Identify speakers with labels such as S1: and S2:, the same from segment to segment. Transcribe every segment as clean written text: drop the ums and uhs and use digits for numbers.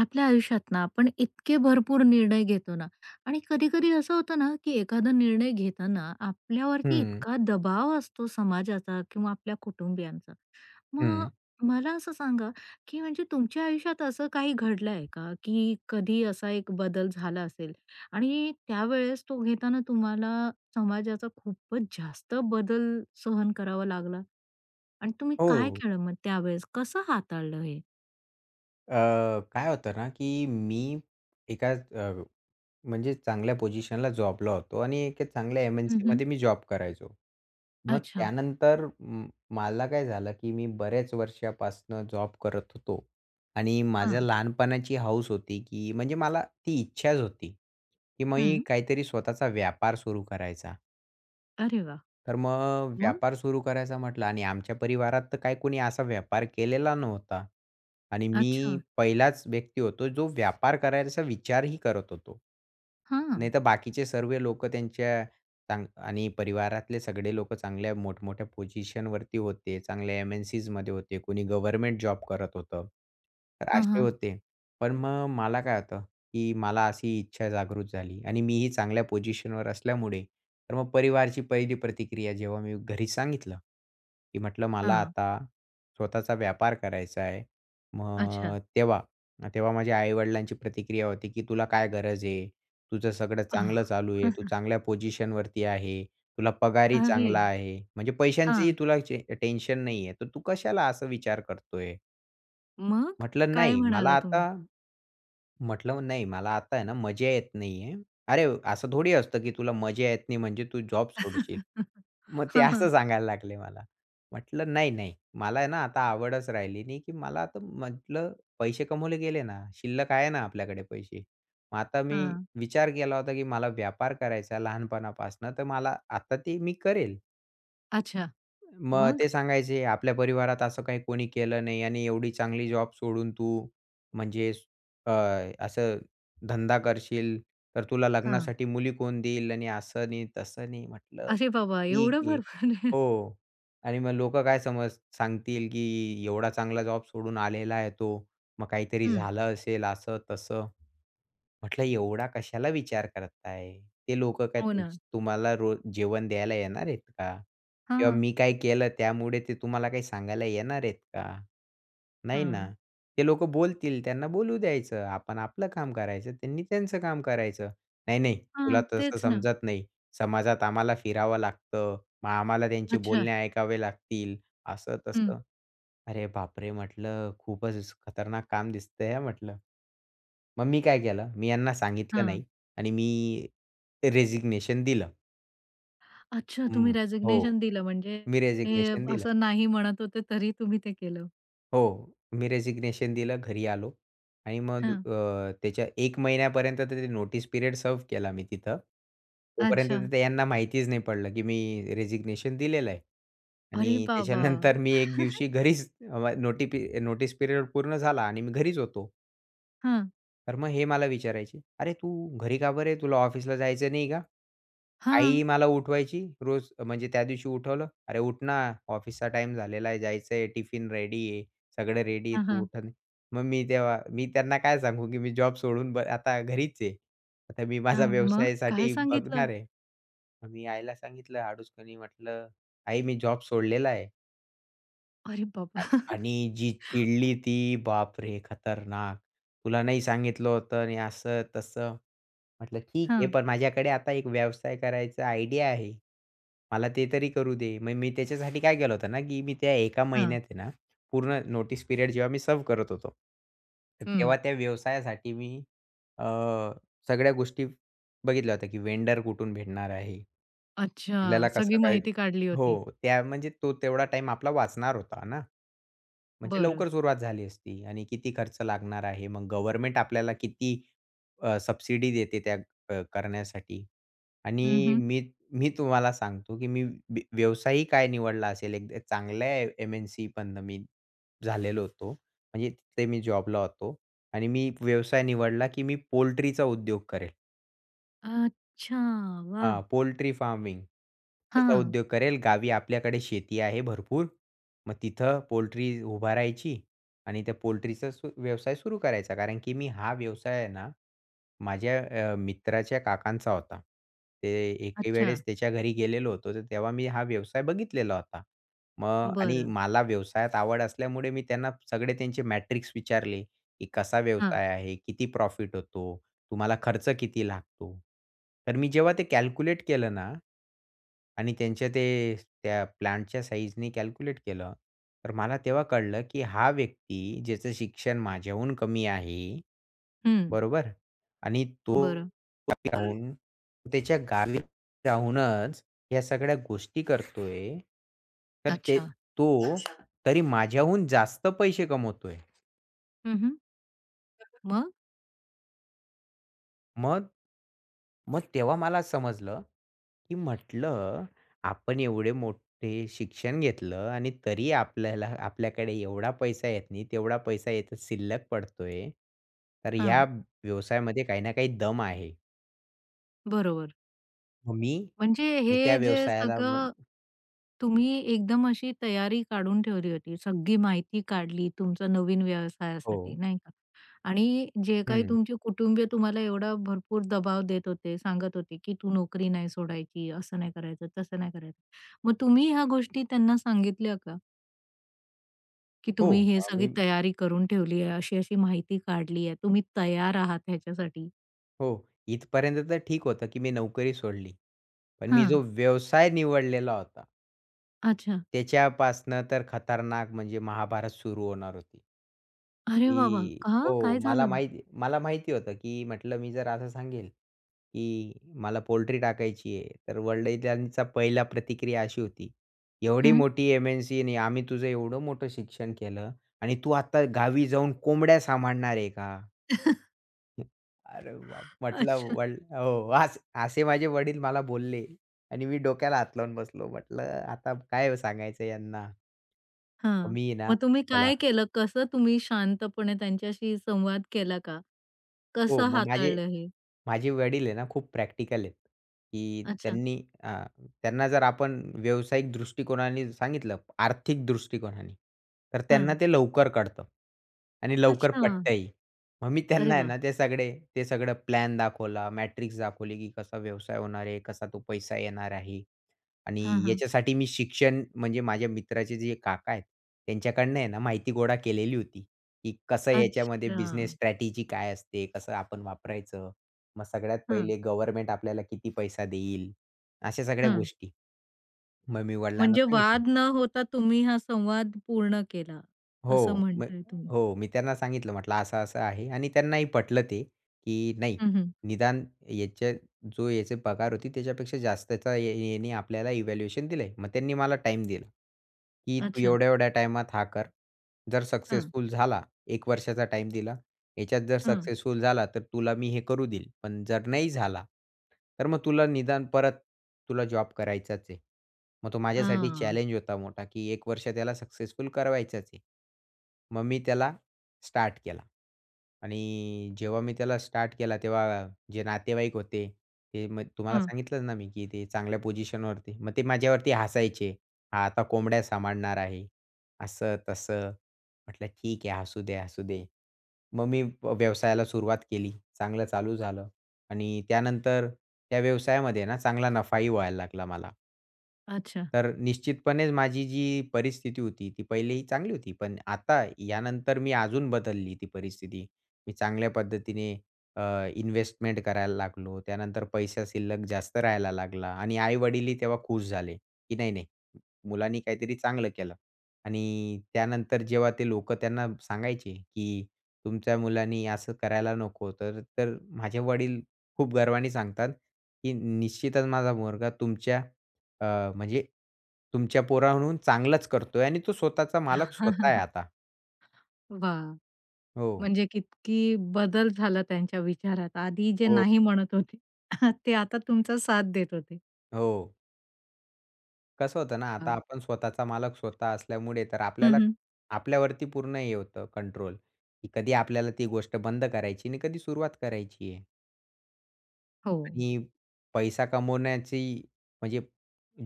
S1: आपल्या आयुष्यात ना आपण इतके भरपूर निर्णय घेतो ना. आणि कधी कधी असं होतं ना की एखादा निर्णय घेताना आपल्यावरती
S2: हं,
S1: इतका दबाव असतो समाजाचा किंवा आपल्या कुटुंबियांचा. मग
S2: हं.
S1: मला असं सांगा की म्हणजे तुमच्या आयुष्यात असं काही घडलं आहे का की कधी असा एक बदल झाला असेल आणि त्यावेळेस तो घेताना तुम्हाला समाजाचा खूपच जास्त बदल सहन करावा लागला आणि तुम्ही काय
S2: हो.
S1: केलं मग त्यावेळेस कसं हाताळलं हे.
S2: अ, काय होतं ना, की मी एका म्हणजे चांगल्या पोझिशनला जॉबला होतो आणि एका चांगल्या
S1: मम्,
S2: एम-एन-सीमध्ये मी जॉब करायचो. मग
S1: अच्छा.
S2: त्यानंतर मला काय झालं, की मी बऱ्याच वर्षापासनं जॉब करत होतो आणि
S1: हा.
S2: माझ्या लहानपणाची हौस होती, की म्हणजे मला ती इच्छाच होती, की मी
S1: हं.
S2: काहीतरी स्वतःचा व्यापार सुरू करायचा.
S1: अरे वाह!
S2: तर मग
S1: मग?
S2: व्यापार सुरू करायचा म्हटलं आणि आमच्या परिवारात तर काही कोणी असा व्यापार केलेला नव्हता. आणि
S1: अच्छा.
S2: मी पहिलाच व्यक्ती होतो जो व्यापार करायचा विचारही करत होतो.
S1: हां.
S2: नाहीतर बाकीचे सर्व लोकं त्यांच्या आणि परिवारातले सगळे लोकं चांगल्या मोठमोठ्या पोझिशनवरती होते. चांगल्या एम-एन-सीजमध्ये होते. कोणी गव्हर्नमेंट जॉब करत होतं. तर
S1: हां,
S2: असे
S1: हां.
S2: होते. पण मग मला काय होतं, की मला अशी इच्छा जागृत झाली आणि मीही चांगल्या पोझिशनवर असल्यामुळे तर मग परिवारची पहिली प्रतिक्रिया जेव्हा मी घरी सांगितलं, की म्हटलं मला
S1: हां.
S2: आता स्वतःचा व्यापार करायचा आहे.
S1: अच्छा.
S2: मग तेव्हा माझ्या आई-वडिलांची प्रतिक्रिया होती, की "तुला काय गरज आहे? तुझं सगळं चांगलं
S1: आह!
S2: चालू आहे. तू चांगल्या पोझिशनवरती आहे. तुला पगारही
S1: अरे!
S2: चांगला आहे. म्हणजे पैशांचीही
S1: हां.
S2: तुला टेन्शन नाहीये. तर तू कशाला असा विचार करतोय?"
S1: मग
S2: म्हटलं,
S1: काय
S2: "नाही, मला
S1: म्हणाला
S2: आता."
S1: तुम्ही?
S2: म्हटलं, नाही, मला आता आहे ना, मजा येत नाहीये. अरे, असं थोडी असतं, की तुला मजा येत नाही म्हणजे तू जॉब सोडशील. मग ते
S1: हां, हां.
S2: असं सांगायला लागले मला. म्हटलं, नाही. मला आहे ना आता आवडच राहिली नाही, की मला आता म्हटलं पैसे कमवले गेले ना, शिल्लक आहे ना आपल्याकडे पैसे. मग आता मी
S1: हां.
S2: विचार केला होता, की मला व्यापार करायचा लहानपणापासून, तर मला आता ते मी करेल.
S1: अच्छा.
S2: मग
S1: मग?
S2: ते सांगायचे, "आपल्या परिवारात असं काही कोणी केलं नाही आणि एवढी चांगली जॉब सोडून तू म्हणजे अ, असं धंदा करशील, तर तुला
S1: हां.
S2: लग्नासाठी मुली कोण देईल?" आणि असं नाही, तसं नाही. म्हटलं,
S1: अरे बाबा!
S2: "ठीक
S1: एवढं
S2: आहे."
S1: भरपूर. आहे.
S2: हो. आणि मग लोकं काय सांगतील, की एवढा चांगला जॉब सोडून आलेला आहे तो. मग काहीतरी
S1: हं.
S2: झालं असेल असं-तसं. म्हटलं, एवढा कशाला विचार करताय? ते लोकं काय
S1: हो
S2: तुम
S1: ना.
S2: तुम्हाला रोज जेवण द्यायला येणार आहेत का? किंवा
S1: हां.
S2: मी काय केलं त्यामुळे ते तुम्हाला काही सांगायला येणार आहेत का? नाही ना.
S1: हां.
S2: ते लोकं बोलतील, त्यांना बोलू द्यायचं. आपण आपलं काम करायचं, त्यांनी त्यांचं काम करायचं. नाही, नाही, तुला
S1: हां.
S2: तसं
S1: तेच ना.
S2: समजत नाही. समाजात आम्हाला फिरावं लागतं. मग आम्हाला त्यांचे
S1: अच्छा.
S2: बोलणे ऐकावे लागतील.
S1: हं.
S2: असं-तसं. अरे बापरे! म्हटलं, खूपच खतरनाक काम दिसतंय हां म्हटलं. मग मी काय केलं, मी यांना सांगितलं
S1: हां.
S2: नाही आणि मी रेजिग्नेशन दिलं.
S1: अच्छा.
S2: हं.
S1: तुम्ही
S2: हो.
S1: रेसिग्नेशन दिलं म्हणजे
S2: मी
S1: हे
S2: रेजिग्नेशन दिलं.
S1: असं नाही म्हणत होते तरी तुम्ही ते केलं.
S2: हो. मी रेजिग्नेशन दिलं, घरी आलो आणि मग
S1: हां.
S2: त्याच्या 1 महिन्यापर्यंत तर ते नोटीस पिरियड सर्व्ह केला मी तिथं. तोपर्यंत
S1: अच्छा.
S2: तिथं यांना माहितीच नाही पडलं, की मी रेजिग्नेशन दिलेलं आहे.
S1: अरे
S2: आणि
S1: बाबा!
S2: त्याच्यानंतर मी एक दिवशी घरीच अ, नोटी पी नोटीस पिरियड पूर्ण झाला आणि मी घरीच होतो.
S1: हां.
S2: तर मग हे मला विचारायचे, "अरे तू घरी का बरं? तुला ऑफिसला जायचं नाही का?"
S1: हां.
S2: आई मला उठवायची रोज, म्हणजे त्या दिवशी उठवलं, "अरे उठ ना, ऑफिसचा टाईम झालेला आहे, जायचं, टिफिन रेडी आहे, सगळं रेडी आहे, तू
S1: हां,
S2: उठत नाही." मग तेव्हा मी त्यांना काय सांगू, की मी जॉब सोडून आता घरीच आहे. आता मी
S1: हां,
S2: माझा
S1: मग काय
S2: व्यवसायासाठी बघणार
S1: सांगितलं?
S2: आहे. मग मी आईला सांगितलं अडूसकणी, म्हटलं, "आई, मी जॉब सोडलेला आहे."
S1: अरे बाबा!
S2: आ आणि जी चिडली ती, बापरे! खतरनाक. "तुला नाही सांगितलं होतं आणि असं तसं." म्हटलं, "ठीक आहे,
S1: हां.
S2: पण माझ्याकडे आता एक व्यवसाय करायचा आयडिया आहे. मला ते तरी करू दे." मग मी त्याच्यासाठी काय केलं होतं ना, की मी त्या एका
S1: हां,
S2: महिन्यात आहे ना, पूर्ण नोटीस पिरियड जेव्हा मी सर्व्ह करत होतो, तर
S1: हं.
S2: तेव्हा त्या व्यवसायासाठी मी अ, सगळ्या गोष्टी बघितल्या होत्या, की वेंडर कुठून भेटणार आहे?
S1: अच्छा,
S2: आपल्याला कसं
S1: सगळी
S2: काय?
S1: माहिती काढली
S2: हो,
S1: होती.
S2: त्या म्हणजे तो तेवढा टाईम आपला वाचणार होता ना. म्हणजे
S1: बरं.
S2: लवकर सुरुवात झाली असती. आणि किती खर्च लागणार आहे? मग गव्हर्नमेंट आपल्याला किती सबसिडी देते त्या करण्यासाठी?
S1: हं,
S2: आणि
S1: हं.
S2: मी मी तुम्हाला सांगतो, की मी व्यवसायही काय निवडला असेल, एक चांगल्या एम-एन-सी मधनं मी झालेलो होतो. म्हणजे तिथे मी जॉबला होतो आणि मी व्यवसाय निवडला, की मी पोल्ट्रीचा उद्योग करेल.
S1: अच्छा, वाह!
S2: हां, पोल्ट्री फार्मिंग. याचा
S1: हां,
S2: उद्योग करेल. गावी आपल्याकडे शेती आहे भरपूर. मग तिथं पोल्ट्री उभारायची आणि त्या पोल्ट्रीचा व्यवसाय सुरू करायचा. कारण की मी हा व्यवसाय आहे ना, माझ्या मित्राच्या काकांचा होता. ते एके
S1: अच्छा.
S2: वेळेस त्याच्या घरी गेलेलो होतो, तर तेव्हा मी हा व्यवसाय बघितलेला होता. मग आणि
S1: बरं.
S2: मला व्यवसायात आवड असल्यामुळे मी त्यांना सगळे त्यांचे मॅट्रिक्स विचारले, की कसा
S1: हां,
S2: व्यवसाय आहे? किती प्रॉफिट होतो? तुम्हाला खर्च किती लागतो? तर मी जेव्हा ते कॅल्क्युलेट केलं ना आणि त्या प्लांटच्या साईझनी कॅल्क्युलेट केलं, तर मला तेव्हा कळलं, की हा व्यक्ती ज्याचं शिक्षण माझ्याहून कमी आहे,
S1: हं.
S2: बरोबर? आणि तो
S1: बरं.
S2: गावी राहून, त्याच्या गावी राहूनच ह्या सगळ्या गोष्टी करतोय. तर ते
S1: अच्छा.
S2: तो अच्छा. तरी माझ्याहून जास्त पैसे कमवतोय.
S1: हं, हं. मग?
S2: मग मग तेव्हा मला समजलं, की म्हटलं आपण एवढे मोठे शिक्षण घेतलं आणि तरी आपल्याला, आपल्याकडे एवढा पैसा येत नाही, तेवढा पैसा येत शिल्लक पडतोय. तर ह्या
S1: हां,
S2: व्यवसायामध्ये काही ना काही दम आहे.
S1: बरोबर.
S2: मग मी,
S1: म्हणजे
S2: मी त्या
S1: हे जे
S2: व्यवसायाला मग
S1: सगळं तुम्ही एकदम अशी तयारी काढून ठेवली होती. सगळी माहिती काढली तुमचा नवीन
S2: हो.
S1: व्यवसायासाठी, नाही का? आणि जे काही
S2: हं.
S1: तुमचे कुटुंबीय तुम्हाला एवढा भरपूर दबाव देत होते, सांगत होते, की "तू नोकरी नाही सोडायची, असं नाही करायचं, तसं नाही करायचं." मग तुम्ही ह्या गोष्टी त्यांना सांगितल्या का? की
S2: हो,
S1: तुम्ही हे सगळी
S2: आम्ही,
S1: तयारी करून ठेवली आहे, अशी-अशी माहिती काढली आहे, तुम्ही तयार आहात ह्याच्यासाठी?
S2: हो, इथपर्यंत तर ठीक होतं, की मी नोकरी सोडली. पण मी
S1: हां.
S2: जो व्यवसाय निवडलेला होता,
S1: अच्छा.
S2: त्याच्यापासनं तर खतरनाक, म्हणजे महाभारत सुरू होणार होती,
S1: अरे वाह,
S2: की
S1: का?
S2: हो,
S1: काय
S2: मला
S1: झालं?
S2: माहिती मला माहिती होतं, की म्हटलं मी जर असं सांगेल, की मला पोल्ट्री टाकायची आहे, तर वडिलांचा पहिला प्रतिक्रिया अशी होती, "एवढी
S1: हं.
S2: मोठी एम-एन-सी आणि आम्ही तुझं एवढं मोठं शिक्षण केलं आणि तू आता गावी जाऊन कोंबड्या सांभाळणार आहे का?" अरे बाप! म्हटलं,
S1: अच्छा.
S2: वड हो, अस असे माझे वडील मला बोलले आणि मी डोक्याला हात लावून बसलो. म्हटलं, आता काय सांगायचं यांना? मग
S1: हां.
S2: मी ना
S1: मग तुम्ही
S2: चला
S1: काय केलं? कसं तुम्ही शांतपणे त्यांच्याशी संवाद केला का?
S2: हो,
S1: कसं
S2: मग माझे
S1: हाताळलं हे?
S2: माझे वडील आहे ना, खूप प्रॅक्टिकल आहेत, की
S1: अच्छा.
S2: त्यांनी अ, त्यांना जर आपण व्यावसायिक दृष्टिकोनाने सांगितलं, आर्थिक दृष्टिकोनाने, तर त्यांना
S1: हं.
S2: ते लवकर कळतं आणि लवकर
S1: अच्छा.
S2: पटतंही. मग मी त्यांना
S1: अरे
S2: आहे
S1: वाह!
S2: ना ते सगळं प्लॅन दाखवला, मॅट्रिक्स दाखवली, की कसा व्यवसाय होणार आहे, कसा तो पैसा येणार आहे आणि
S1: हां, हां.
S2: याच्यासाठी मी शिक्षण, म्हणजे माझ्या मित्राचे जे काका आहेत, त्यांच्याकडनं आहे ना माहिती गोळा केलेली होती, की कसं याच्यामध्ये
S1: अच्छा.
S2: बिझनेस स्ट्रॅटेजी काय असते, कसं आपण वापरायचं. मग सगळ्यात
S1: हां,
S2: पहिले गव्हर्नमेंट आपल्याला किती पैसा देईल? अशा सगळ्या
S1: हां.
S2: गोष्टी. मग मी वडिलांना
S1: म्हणजे
S2: सांगितलं.
S1: वाद न होता तुम्ही हा संवाद पूर्ण केला, असं
S2: हो. मग
S1: म्हणताय तुम्ही.
S2: हो, मी त्यांना सांगितलं, म्हटलं असं-असं आहे आणि त्यांनाही पटलं ते, की नाही,
S1: हं, हं.
S2: निदान याच्या, जो याचे पगार होती त्याच्यापेक्षा जास्तचा या याने आपल्याला इव्हॅल्युएशन दिलंय. मग त्यांनी मला टाईम दिला, की तू
S1: अच्छा.
S2: एवढ्या-एवढ्या टाईमात हा कर. जर
S1: हां,
S2: सक्सेसफुल झाला, 1 वर्षाचा टाईम दिला. याच्यात जर
S1: हां.
S2: सक्सेसफुल झाला तर तुला मी हे करू देईल. पण जर नाही झाला, तर मग तुला निदान परत तुला जॉब करायचाच आहे. मग तो माझ्यासाठी
S1: हां,
S2: चॅलेंज होता मोठा, की 1 वर्ष त्याला सक्सेसफुल करायचाच आहे. मग मी त्याला स्टार्ट केला. आणि जेव्हा मी त्याला स्टार्ट केला तेव्हा जे नातेवाईक होते, ते मग तुम्हाला
S1: हां.
S2: सांगितलंच ना मी, की ते चांगल्या पोझिशनवरती. मग ते माझ्यावरती हसायचे. "हा आता कोंबड्या सांभाळणार आहे." असं तसं. म्हटलं, "ठीक आहे, हसू दे, हसू दे." मग मी व्यवसायाला सुरुवात केली. चांगलं चालू झालं आणि त्यानंतर त्या व्यवसायामध्ये ना चांगला नफाही व्हायला लागला मला.
S1: अच्छा.
S2: तर निश्चितपणेच माझी जी परिस्थिती होती, ती पहिलेही चांगली होती. पण आता यानंतर मी अजून बदलली ती परिस्थिती. मी चांगल्या पद्धतीने इन्व्हेस्टमेंट करायला लागलो. त्यानंतर पैसा शिल्लक जास्त राहायला लागला आणि आई-वडीलही तेव्हा खुश झाले, की नाही, नाही, मुलांनी काहीतरी चांगलं केलं. आणि त्यानंतर जेव्हा ते लोकं त्यांना सांगायचे, की तुमच्या मुलांनी असं करायला नको, तर तर माझे वडील खूप गर्वाने सांगतात, की निश्चितच माझा मुलगा तुमच्या म्हणजे तुमच्या पोराहून चांगलंच करतोय आणि तो स्वतःचा मालक स्वतः आहे आता.
S1: वाह!
S2: हो,
S1: म्हणजे किती बदल झाला त्यांच्या विचारात. आधी जे
S2: हो,
S1: नाही म्हणत होते, ते आता तुमचा साथ देत होते.
S2: हो. कसं होतं ना, आता आपण स्वतःचा मालक स्वतः असल्यामुळे तर
S1: हं,
S2: आपल्याला,
S1: हं.
S2: आपल्यावरती पूर्ण हे होतं कंट्रोल, की कधी आपल्याला ती गोष्ट बंद करायची आणि कधी सुरुवात करायची आहे.
S1: हो.
S2: आणि पैसा कमवण्याची, म्हणजे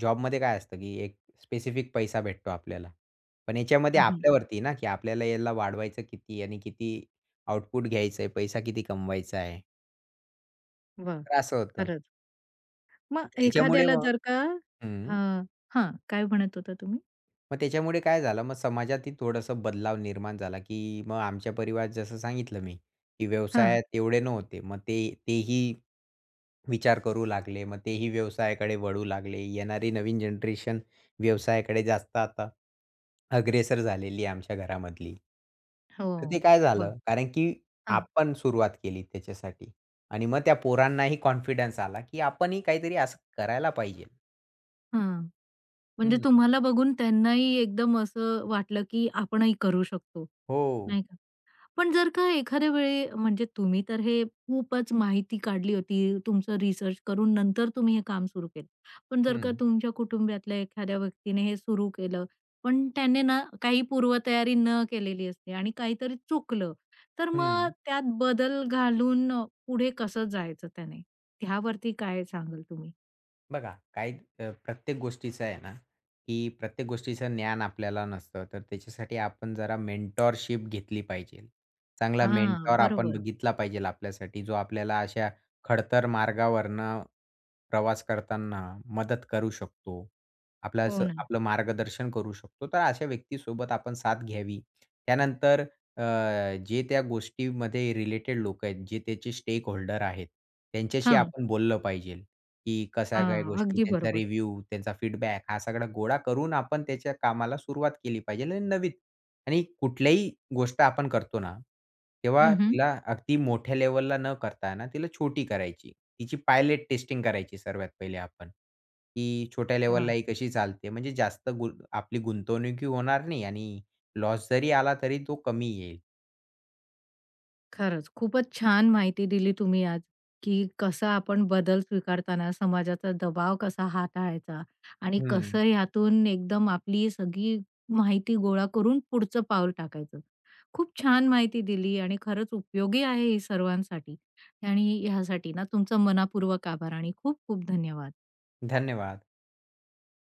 S2: जॉबमध्ये काय असतं, की एक स्पेसिफिक पैसा भेटतो आपल्याला. पण याच्यामध्ये
S1: हं, हं.
S2: आपल्यावरती आहे ना, की आपल्याला याला वाढवायचं किती आणि किती आउटपुट घ्यायचंय, पैसा किती कमवायचा आहे.
S1: वाह!
S2: तर असं होतं.
S1: खरंच. मग
S2: त्याच्यामुळे
S1: एखाद्याला
S2: मग
S1: जर का
S2: हं.
S1: हां. हां, काय म्हणत होता तुम्ही?
S2: मग त्याच्यामुळे काय झालं, मग समाजातही थोडंसं बदलाव निर्माण झाला, की मग आमच्या परिवारात जसं सांगितलं मी, की
S1: हां.
S2: व्यवसायात एवढे नव्हते. मग ते तेही विचार करू लागले. मग तेही व्यवसायाकडे वळू लागले. येणारी नवीन जनरेशन व्यवसायाकडे जास्त आता अग्रेसर झालेली आहे आमच्या घरामधली.
S1: हो.
S2: तर ते काय
S1: वाह!
S2: झालं, कारण की
S1: हां,
S2: आपण सुरुवात केली त्याच्यासाठी आणि मग त्या पोरांनाही कॉन्फिडन्स आला, की आपणही काहीतरी असं करायला पाहिजे.
S1: हां. म्हणजे
S2: हं.
S1: तुम्हाला बघून त्यांनाही एकदम असं वाटलं, की आपणही करू शकतो,
S2: हो.
S1: नाही का? पण जर का एखाद्या वेळी म्हणजे तुम्ही तर हे खूपच माहिती काढली होती, तुमचं रिसर्च करून नंतर तुम्ही हे काम सुरू केलं. पण जर का
S2: हं,
S1: तुमच्या कुटुंबातल्या एखाद्या व्यक्तीने हे सुरू केलं, पण त्याने ना काही पूर्वतयारी न केलेली असते आणि काहीतरी चुकलं, तर मग
S2: हं.
S1: त्यात बदल घालून पुढे कसं जायचं त्याने? त्यावरती काय सांगाल तुम्ही?
S2: बघा, प्रत्येक गोष्टीचं आहे ना, की प्रत्येक गोष्टीचं ज्ञान आपल्याला नसतं. तर त्याच्यासाठी आपण जरा मेंटॉरशिप घेतली पाहिजे. चांगला
S1: हां,
S2: मेंटॉर आपण
S1: बरोबर.
S2: बघितला पाहिजे आपल्यासाठी, जो आपल्याला अशा खडतर मार्गावरनं प्रवास करताना मदत करू शकतो. आपल्याला
S1: हो
S2: असं
S1: ना.
S2: आपलं मार्गदर्शन करू शकतो. तर अशा व्यक्तीसोबत आपण साथ घ्यावी. त्यानंतर अ, जे त्या गोष्टीमध्ये रिलेटेड लोकं आहेत, जे त्याचे स्टेकहोल्डर आहेत, त्यांच्याशी
S1: हां,
S2: आपण बोललं पाहिजे. की कशा काय
S1: हां.
S2: गोष्टी,
S1: अगदी
S2: त्यांचा
S1: बरोबर.
S2: रिव्ह्यू, त्यांचा फीडबॅक हा सगळा गोळा करून आपण त्याच्या कामाला सुरुवात केली पाहिजे. आणि कुठल्याही गोष्ट आपण करतो ना, तेव्हा
S1: हं, हं.
S2: तिला अगदी मोठ्या लेव्हलला न करता ना, तिला छोटी करायची. तिची पायलट टेस्टिंग करायची सर्वात पहिले आपण, की छोट्या लेव्हलला
S1: वाह!
S2: ही कशी चालते. म्हणजे जास्त आपली गुंतवणुकी होणार नाही आणि लॉस जरी आला तरी तो कमी येईल.
S1: खरंच. खूपच छान माहिती दिली तुम्ही आज, की कसा आपण बदल स्वीकारताना समाजाचा दबाव कसा हाताळायचा आणि
S2: हं.
S1: कसं यातून एकदम आपली सगळी माहिती गोळा करून पुढचं पाऊल टाकायचं. खूप छान माहिती दिली आणि खरंच उपयोगी आहे ही सर्वांसाठी आणि ह्यासाठी ना तुमचा मनापूर्वक आभार आणि खूप खूप धन्यवाद.
S2: धन्यवाद.